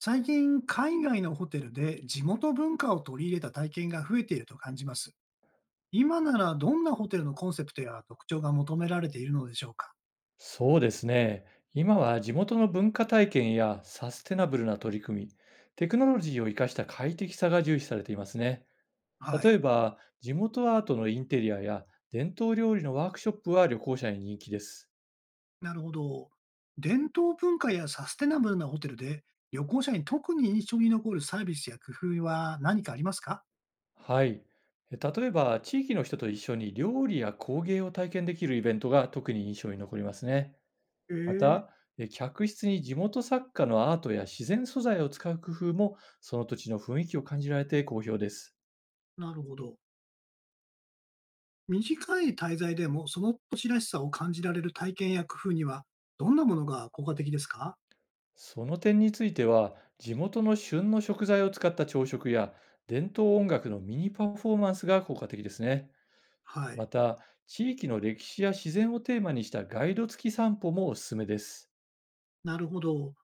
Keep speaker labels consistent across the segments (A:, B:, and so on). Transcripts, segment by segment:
A: 最近、海外のホテルで地元文化を取り入れた体験が増えていると感じます。今ならどんなホテルのコンセプトや特徴が求められているのでしょうか？
B: そうですね。今は地元の文化体験やサステナブルな取り組み、テクノロジーを生かした快適さが重視されていますね。
A: は
B: 例え
A: い。
B: ば、地元アートのインテリアや伝統料理のワークショップは旅行者に人気です。
A: なるほど。伝統文化やサステナブルなホテルで旅行者に特に印象に残るサービスや工夫は何かありますか？
B: はい。例えば、地域の人と一緒に料理や工芸を体験できるイベントが特に印象に残りますね。ま
A: ええ、
B: た、客室に地元作家のアートや自然素材を使う工夫も、その土地の雰囲気を感じられて好評です。
A: なるほど。短い滞在でもその土地らしさを感じられる体験や工夫にはどんなものが効果的ですか？
B: その点については、地元の旬の食材を使った朝食や伝統音楽のミニパフォーマンスが効果的ですね。
A: は
B: ま
A: い。
B: た、地域の歴史や自然をテーマにしたガイド付き散歩もおすすめです。
A: なるほど。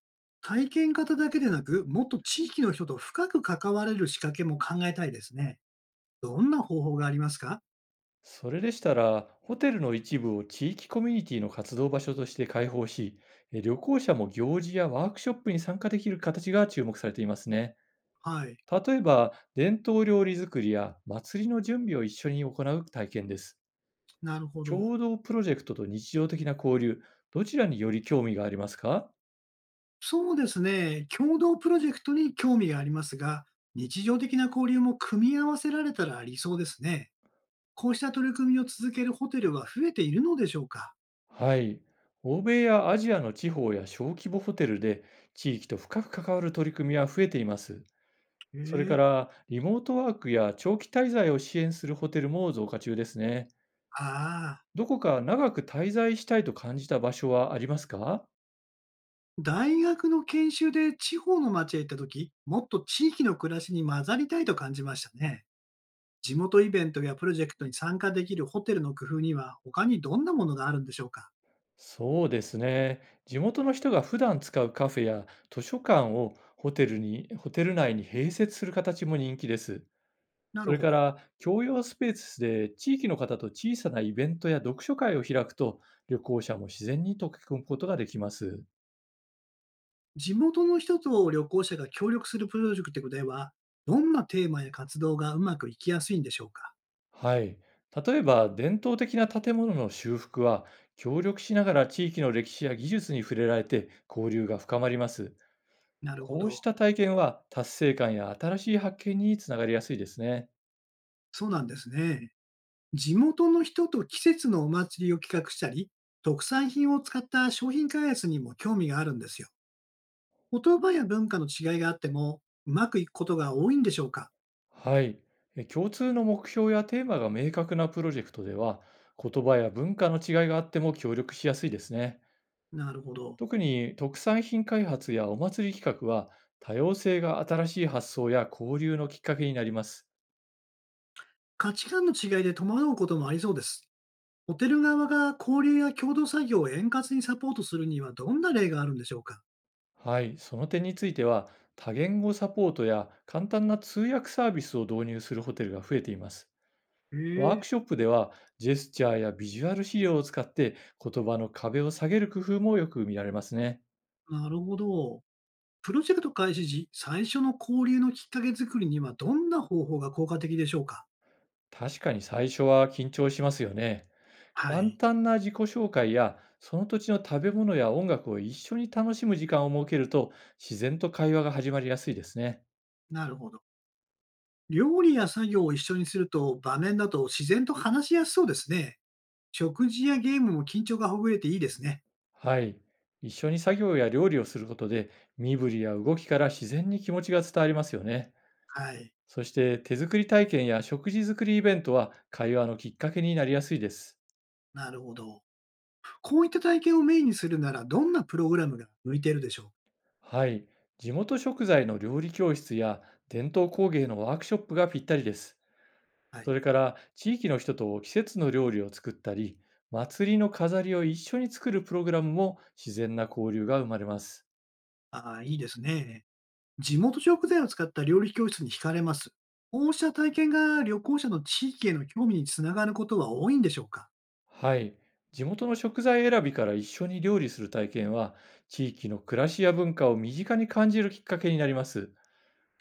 A: 体験型だけでなく、もっと地域の人と深く関われる仕掛けも考えたいですね。どんな方法がありますか？
B: それでしたら、ホテルの一部を地域コミュニティの活動場所として開放し、旅行者も行事やワークショップに参加できる形が注目されていますね。
A: はい。
B: 例えば、伝統料理作りや祭りの準備を一緒に行う体験です。
A: なるほど。
B: 共同プロジェクトと日常的な交流、どちらにより興味がありますか？
A: そうですね。共同プロジェクトに興味がありますが、日常的な交流も組み合わせられたら理想ですね。こうした取り組みを続けるホテルは増えているのでしょうか？
B: はい。欧米やアジアの地方や小規模ホテルで地域と深く関わる取り組みは増えています。
A: へ
B: それか
A: え、
B: ら、リモートワークや長期滞在を支援するホテルも増加中ですね。
A: ああ、
B: どこか長く滞在したいと感じた場所はありますか？
A: 大学の研修で地方の町へ行ったとき、もっと地域の暮らしに混ざりたいと感じましたね。地元イベントやプロジェクトに参加できるホテルの工夫には、他にどんなものがあるんでしょうか？
B: そうですね。地元の人が普段使うカフェや図書館をホテルに、ホテル内に併設する形も人気です。
A: な
B: そ
A: る
B: れ
A: ほ
B: か
A: ど。
B: ら、共用スペースで地域の方と小さなイベントや読書会を開くと、旅行者も自然に溶け込むことができます。
A: 地元の人と旅行者が協力するプロジェクトでは、どんなテーマや活動がうまくいきやすいんでしょうか？
B: はい。例えば、伝統的な建物の修復は、協力しながら地域の歴史や技術に触れられて交流が深まります。
A: なるほ
B: こうし
A: ど。
B: た体験は、達成感や新しい発見につながりやすいですね。
A: そうなんですね。地元の人と季節のお祭りを企画したり、特産品を使った商品開発にも興味があるんですよ。言葉や文化の違いがあっても、うまくいくことが多いんでしょうか？
B: はい。共通の目標やテーマが明確なプロジェクトでは、言葉や文化の違いがあっても協力しやすいですね。
A: なるほど。
B: 特に特産品開発やお祭り企画は多様性が新しい発想や交流のきっかけになります。
A: 価値観の違いで戸惑うこともありそうです。ホテル側が交流や共同作業を円滑にサポートするにはどんな例があるんでしょうか？
B: はい、その点については、多言語サポートや簡単な通訳サービスを導入するホテルが増えています。ワ
A: へ
B: ー
A: え、
B: クショップでは、ジェスチャーやビジュアル資料を使って言葉の壁を下げる工夫もよく見られますね。
A: なるほど。プロジェクト開始時、最初の交流のきっかけ作りにはどんな方法が効果的でしょうか？
B: 確かに最初は緊張しますよね。
A: は
B: 簡
A: い。
B: 単な自己紹介や、その土地の食べ物や音楽を一緒に楽しむ時間を設けると、自然と会話が始まりやすいですね。
A: なるほど。料理や作業を一緒にすると場面だと自然と話しやすそうですね。食事やゲームも緊張がほぐれていいですね。
B: はい。一緒に作業や料理をすることで、身振りや動きから自然に気持ちが伝わりますよね。
A: はい。
B: そして、手作り体験や食事作りイベントは、会話のきっかけになりやすいです。
A: なるほど。こういった体験をメインにするならどんなプログラムが向いているでしょうか？
B: はい。地元食材の料理教室や伝統工芸のワークショップがぴったりです。
A: はい。
B: それから、地域の人と季節の料理を作ったり、祭りの飾りを一緒に作るプログラムも自然な交流が生まれます。
A: ああ、いいですね。地元食材を使った料理教室に惹かれます。こうした体験が旅行者の地域への興味につながることは多いんでしょうか？
B: はい。地元の食材選びから一緒に料理する体験は、地域の暮らしや文化を身近に感じるきっかけになります。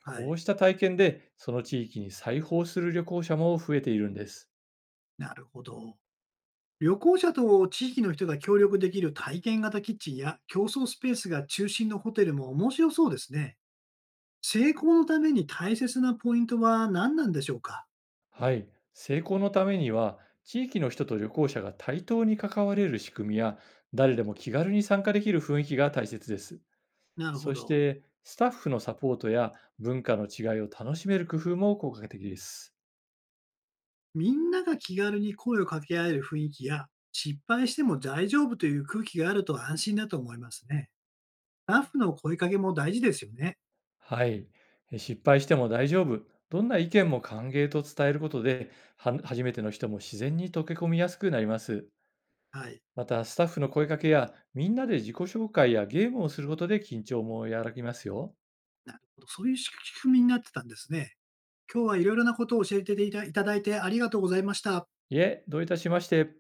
A: は
B: こ
A: い。
B: うした体験で、その地域に再訪する旅行者も増えているんです。
A: なるほど。旅行者と地域の人が協力できる体験型キッチンや競争スペースが中心のホテルも面白そうですね。成功のために大切なポイントは何なんでしょうか？
B: はい。成功のためには、地域の人と旅行者が対等に関われる仕組みや、誰でも気軽に参加できる雰囲気が大切です。
A: なるほ
B: そし
A: ど。
B: て、スタッフのサポートや文化の違いを楽しめる工夫も効果的です。
A: みんなが気軽に声を掛け合える雰囲気や失敗しても大丈夫という空気があると安心だと思いますね。スタッフの声かけも大事ですよね。
B: はい。失敗しても大丈夫。どんな意見も歓迎と伝えることで、は初めての人も自然に溶け込みやすくなります。
A: はい。
B: また、スタッフの声かけや、みんなで自己紹介やゲームをすることで緊張も和らぎますよ。
A: なるほど。そういう仕組みになってたんですね。今日はいろいろなことを教えていたいただいてありがとうございました。
B: いえ、どういたしまして。